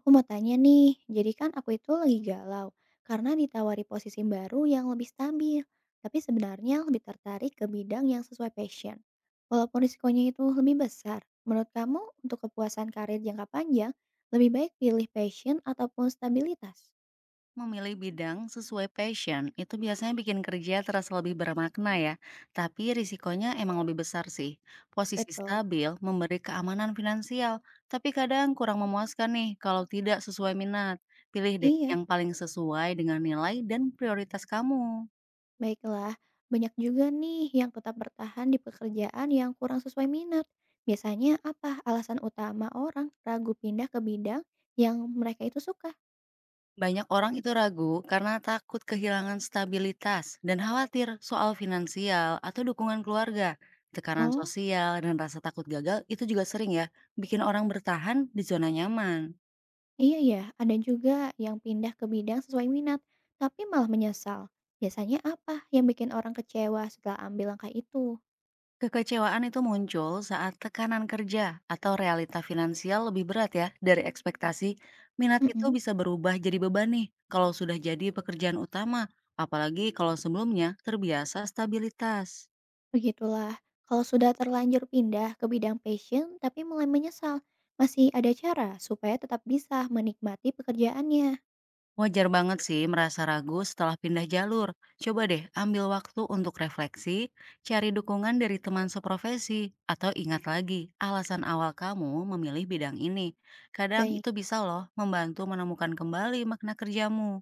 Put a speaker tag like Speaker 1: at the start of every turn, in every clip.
Speaker 1: Aku mau tanya nih, jadi kan aku itu lagi galau karena ditawari posisi baru yang lebih stabil, tapi sebenarnya lebih tertarik ke bidang yang sesuai passion. Walaupun risikonya itu lebih besar, menurut kamu untuk kepuasan karir jangka panjang, lebih baik pilih passion ataupun stabilitas?
Speaker 2: Memilih bidang sesuai passion itu biasanya bikin kerja terasa lebih bermakna ya, tapi risikonya emang lebih besar sih. Posisi
Speaker 1: Betul.
Speaker 2: stabil memberi keamanan finansial, tapi kadang kurang memuaskan nih kalau tidak sesuai minat. Pilih deh
Speaker 1: Iya,
Speaker 2: yang paling sesuai dengan nilai dan prioritas kamu.
Speaker 1: baiklah. Banyak juga nih yang tetap bertahan di pekerjaan yang kurang sesuai minat. Biasanya apa alasan utama orang ragu pindah ke bidang yang mereka itu suka?
Speaker 2: Banyak orang itu ragu karena takut kehilangan stabilitas dan khawatir soal finansial atau dukungan keluarga. Tekanan
Speaker 1: Oh.
Speaker 2: sosial dan rasa takut gagal itu juga sering ya, bikin orang bertahan di zona nyaman.
Speaker 1: Iya ya, ada juga yang pindah ke bidang sesuai minat, tapi malah menyesal. Biasanya apa yang bikin orang kecewa setelah ambil langkah itu?
Speaker 2: Kekecewaan itu muncul saat tekanan kerja atau realita finansial lebih berat ya dari ekspektasi. Minat itu
Speaker 1: Mm-mm,
Speaker 2: bisa berubah jadi beban nih kalau sudah jadi pekerjaan utama, apalagi kalau sebelumnya terbiasa stabilitas.
Speaker 1: begitulah. Kalau sudah terlanjur pindah ke bidang passion tapi mulai menyesal, masih ada cara supaya tetap bisa menikmati pekerjaannya.
Speaker 2: Wajar banget sih merasa ragu setelah pindah jalur. Coba deh ambil waktu untuk refleksi, cari dukungan dari teman seprofesi, atau ingat lagi alasan awal kamu memilih bidang ini. Kadang
Speaker 1: Baik.
Speaker 2: itu bisa loh membantu menemukan kembali makna kerjamu.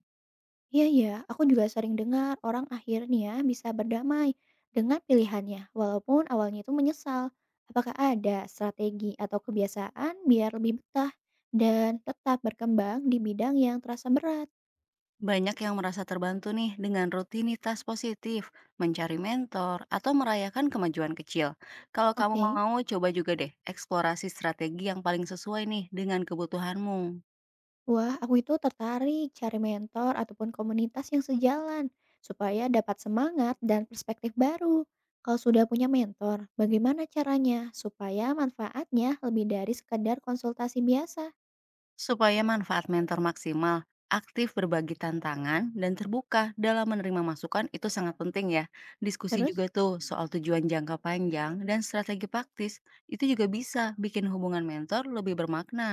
Speaker 1: Iya ya, aku juga sering dengar orang akhirnya bisa berdamai dengan pilihannya, walaupun awalnya itu menyesal. Apakah ada strategi atau kebiasaan biar lebih betah dan tetap berkembang di bidang yang terasa berat?
Speaker 2: Banyak yang merasa terbantu nih dengan rutinitas positif, mencari mentor, atau merayakan kemajuan kecil. Kalau kamu
Speaker 1: Oke,
Speaker 2: mau, coba juga deh eksplorasi strategi yang paling sesuai nih dengan kebutuhanmu.
Speaker 1: wah aku itu tertarik cari mentor ataupun komunitas yang sejalan supaya dapat semangat dan perspektif baru. Kalau sudah punya mentor, bagaimana caranya supaya manfaatnya lebih dari sekedar konsultasi biasa?
Speaker 2: Supaya manfaat mentor maksimal, aktif berbagi tantangan dan terbuka dalam menerima masukan itu sangat penting ya. Diskusi
Speaker 1: Terus?
Speaker 2: juga tuh soal tujuan jangka panjang dan strategi praktis itu juga bisa bikin hubungan mentor lebih bermakna.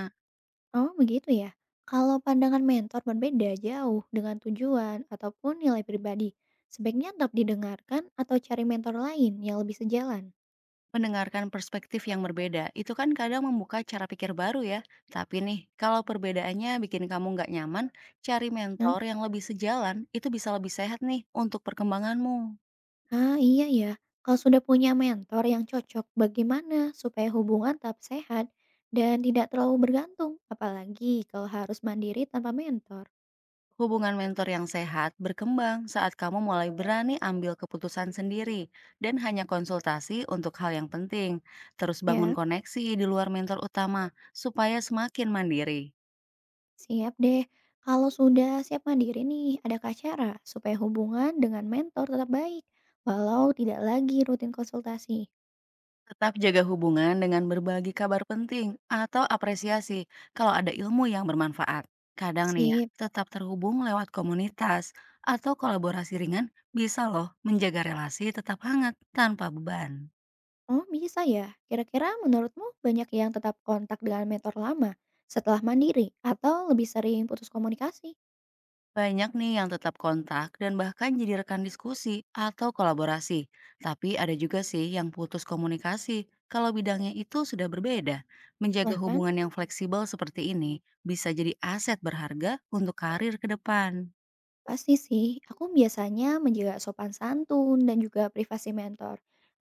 Speaker 1: Oh, begitu ya. Kalau pandangan mentor berbeda jauh dengan tujuan ataupun nilai pribadi, sebaiknya tetap didengarkan atau cari mentor lain yang lebih sejalan.
Speaker 2: Mendengarkan perspektif yang berbeda itu kan kadang membuka cara pikir baru ya. Tapi nih, kalau perbedaannya bikin kamu nggak nyaman, cari
Speaker 1: Hmm?
Speaker 2: mentor yang lebih sejalan itu bisa lebih sehat nih untuk perkembanganmu.
Speaker 1: Ah, iya ya. Kalau sudah punya mentor yang cocok, bagaimana supaya hubungan tetap sehat dan tidak terlalu bergantung, apalagi kalau harus mandiri tanpa mentor.
Speaker 2: Hubungan mentor yang sehat berkembang saat kamu mulai berani ambil keputusan sendiri dan hanya konsultasi untuk hal yang penting. Terus bangun
Speaker 1: Ya,
Speaker 2: koneksi di luar mentor utama supaya semakin mandiri.
Speaker 1: siap deh. Kalau sudah siap mandiri nih, adakah cara supaya hubungan dengan mentor tetap baik, walau tidak lagi rutin konsultasi?
Speaker 2: Tetap jaga hubungan dengan berbagi kabar penting atau apresiasi kalau ada ilmu yang bermanfaat. Kadang nih ya,
Speaker 1: Sip.
Speaker 2: tetap terhubung lewat komunitas atau kolaborasi ringan bisa loh menjaga relasi tetap hangat tanpa beban.
Speaker 1: Oh, bisa ya? Kira-kira menurutmu banyak yang tetap kontak dengan mentor lama setelah mandiri atau lebih sering putus komunikasi?
Speaker 2: Banyak nih yang tetap kontak dan bahkan jadi rekan diskusi atau kolaborasi. Tapi ada juga sih yang putus komunikasi kalau bidangnya itu sudah berbeda. Menjaga
Speaker 1: Nah kan,
Speaker 2: hubungan yang fleksibel seperti ini bisa jadi aset berharga untuk karir ke depan.
Speaker 1: pasti sih. Aku biasanya menjaga sopan santun dan juga privasi mentor.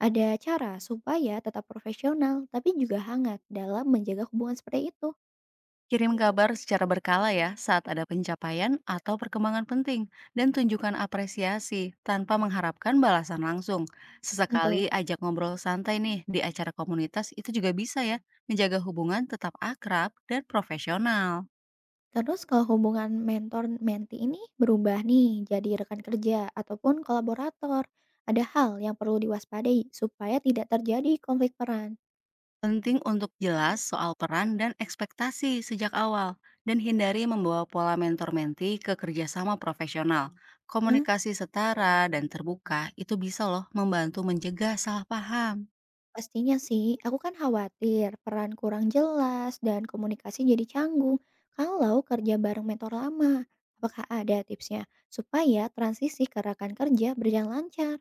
Speaker 1: Ada cara supaya tetap profesional tapi juga hangat dalam menjaga hubungan seperti itu.
Speaker 2: Kirim kabar secara berkala ya saat ada pencapaian atau perkembangan penting dan tunjukkan apresiasi tanpa mengharapkan balasan langsung.
Speaker 1: Tentu.
Speaker 2: Sesekali ajak ngobrol santai nih di acara komunitas itu juga bisa ya menjaga hubungan tetap akrab dan profesional.
Speaker 1: Terus kalau hubungan mentor-menti ini berubah nih jadi rekan kerja ataupun kolaborator, ada hal yang perlu diwaspadai supaya tidak terjadi konflik peran.
Speaker 2: Penting untuk jelas soal peran dan ekspektasi sejak awal dan hindari membawa pola mentor-menti ke kerjasama profesional.
Speaker 1: Nah,
Speaker 2: Komunikasi setara dan terbuka itu bisa loh membantu mencegah salah paham.
Speaker 1: pastinya sih aku kan khawatir peran kurang jelas dan komunikasi jadi canggung kalau kerja bareng mentor lama. Apakah ada tipsnya supaya transisi ke rekan kerja berjalan lancar?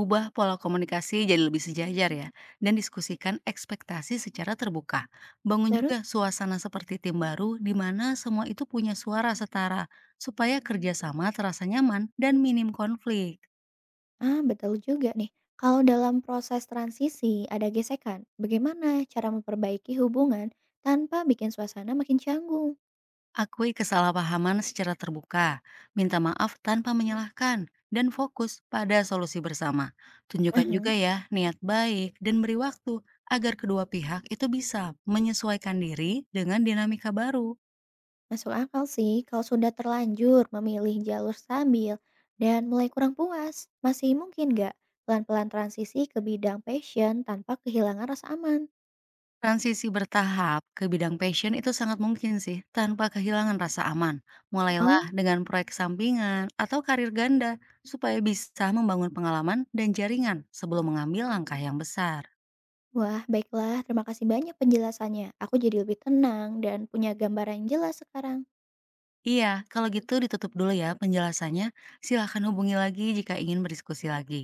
Speaker 2: Ubah pola komunikasi jadi lebih sejajar ya, dan diskusikan ekspektasi secara terbuka. Bangun
Speaker 1: Terus.
Speaker 2: juga suasana seperti tim baru di mana semua itu punya suara setara, supaya kerjasama terasa nyaman dan minim konflik.
Speaker 1: Ah, betul juga nih. Kalau dalam proses transisi ada gesekan, bagaimana cara memperbaiki hubungan tanpa bikin suasana makin canggung?
Speaker 2: Akui kesalahpahaman secara terbuka, minta maaf tanpa menyalahkan, dan fokus pada solusi bersama. Tunjukkan
Speaker 1: Aha,
Speaker 2: juga ya niat baik dan beri waktu agar kedua pihak itu bisa menyesuaikan diri dengan dinamika baru.
Speaker 1: masuk akal sih kalau sudah terlanjur memilih jalur stabil dan mulai kurang puas. Masih mungkin nggak pelan-pelan transisi ke bidang passion tanpa kehilangan rasa aman?
Speaker 2: Transisi bertahap ke bidang passion itu sangat mungkin sih, tanpa kehilangan rasa aman. Mulailah
Speaker 1: Oh,
Speaker 2: dengan proyek sampingan atau karir ganda, supaya bisa membangun pengalaman dan jaringan sebelum mengambil langkah yang besar.
Speaker 1: wah baiklah. Terima kasih banyak penjelasannya. Aku jadi lebih tenang dan punya gambaran yang jelas sekarang.
Speaker 2: Iya, kalau gitu ditutup dulu ya penjelasannya. Silahkan hubungi lagi jika ingin berdiskusi lagi.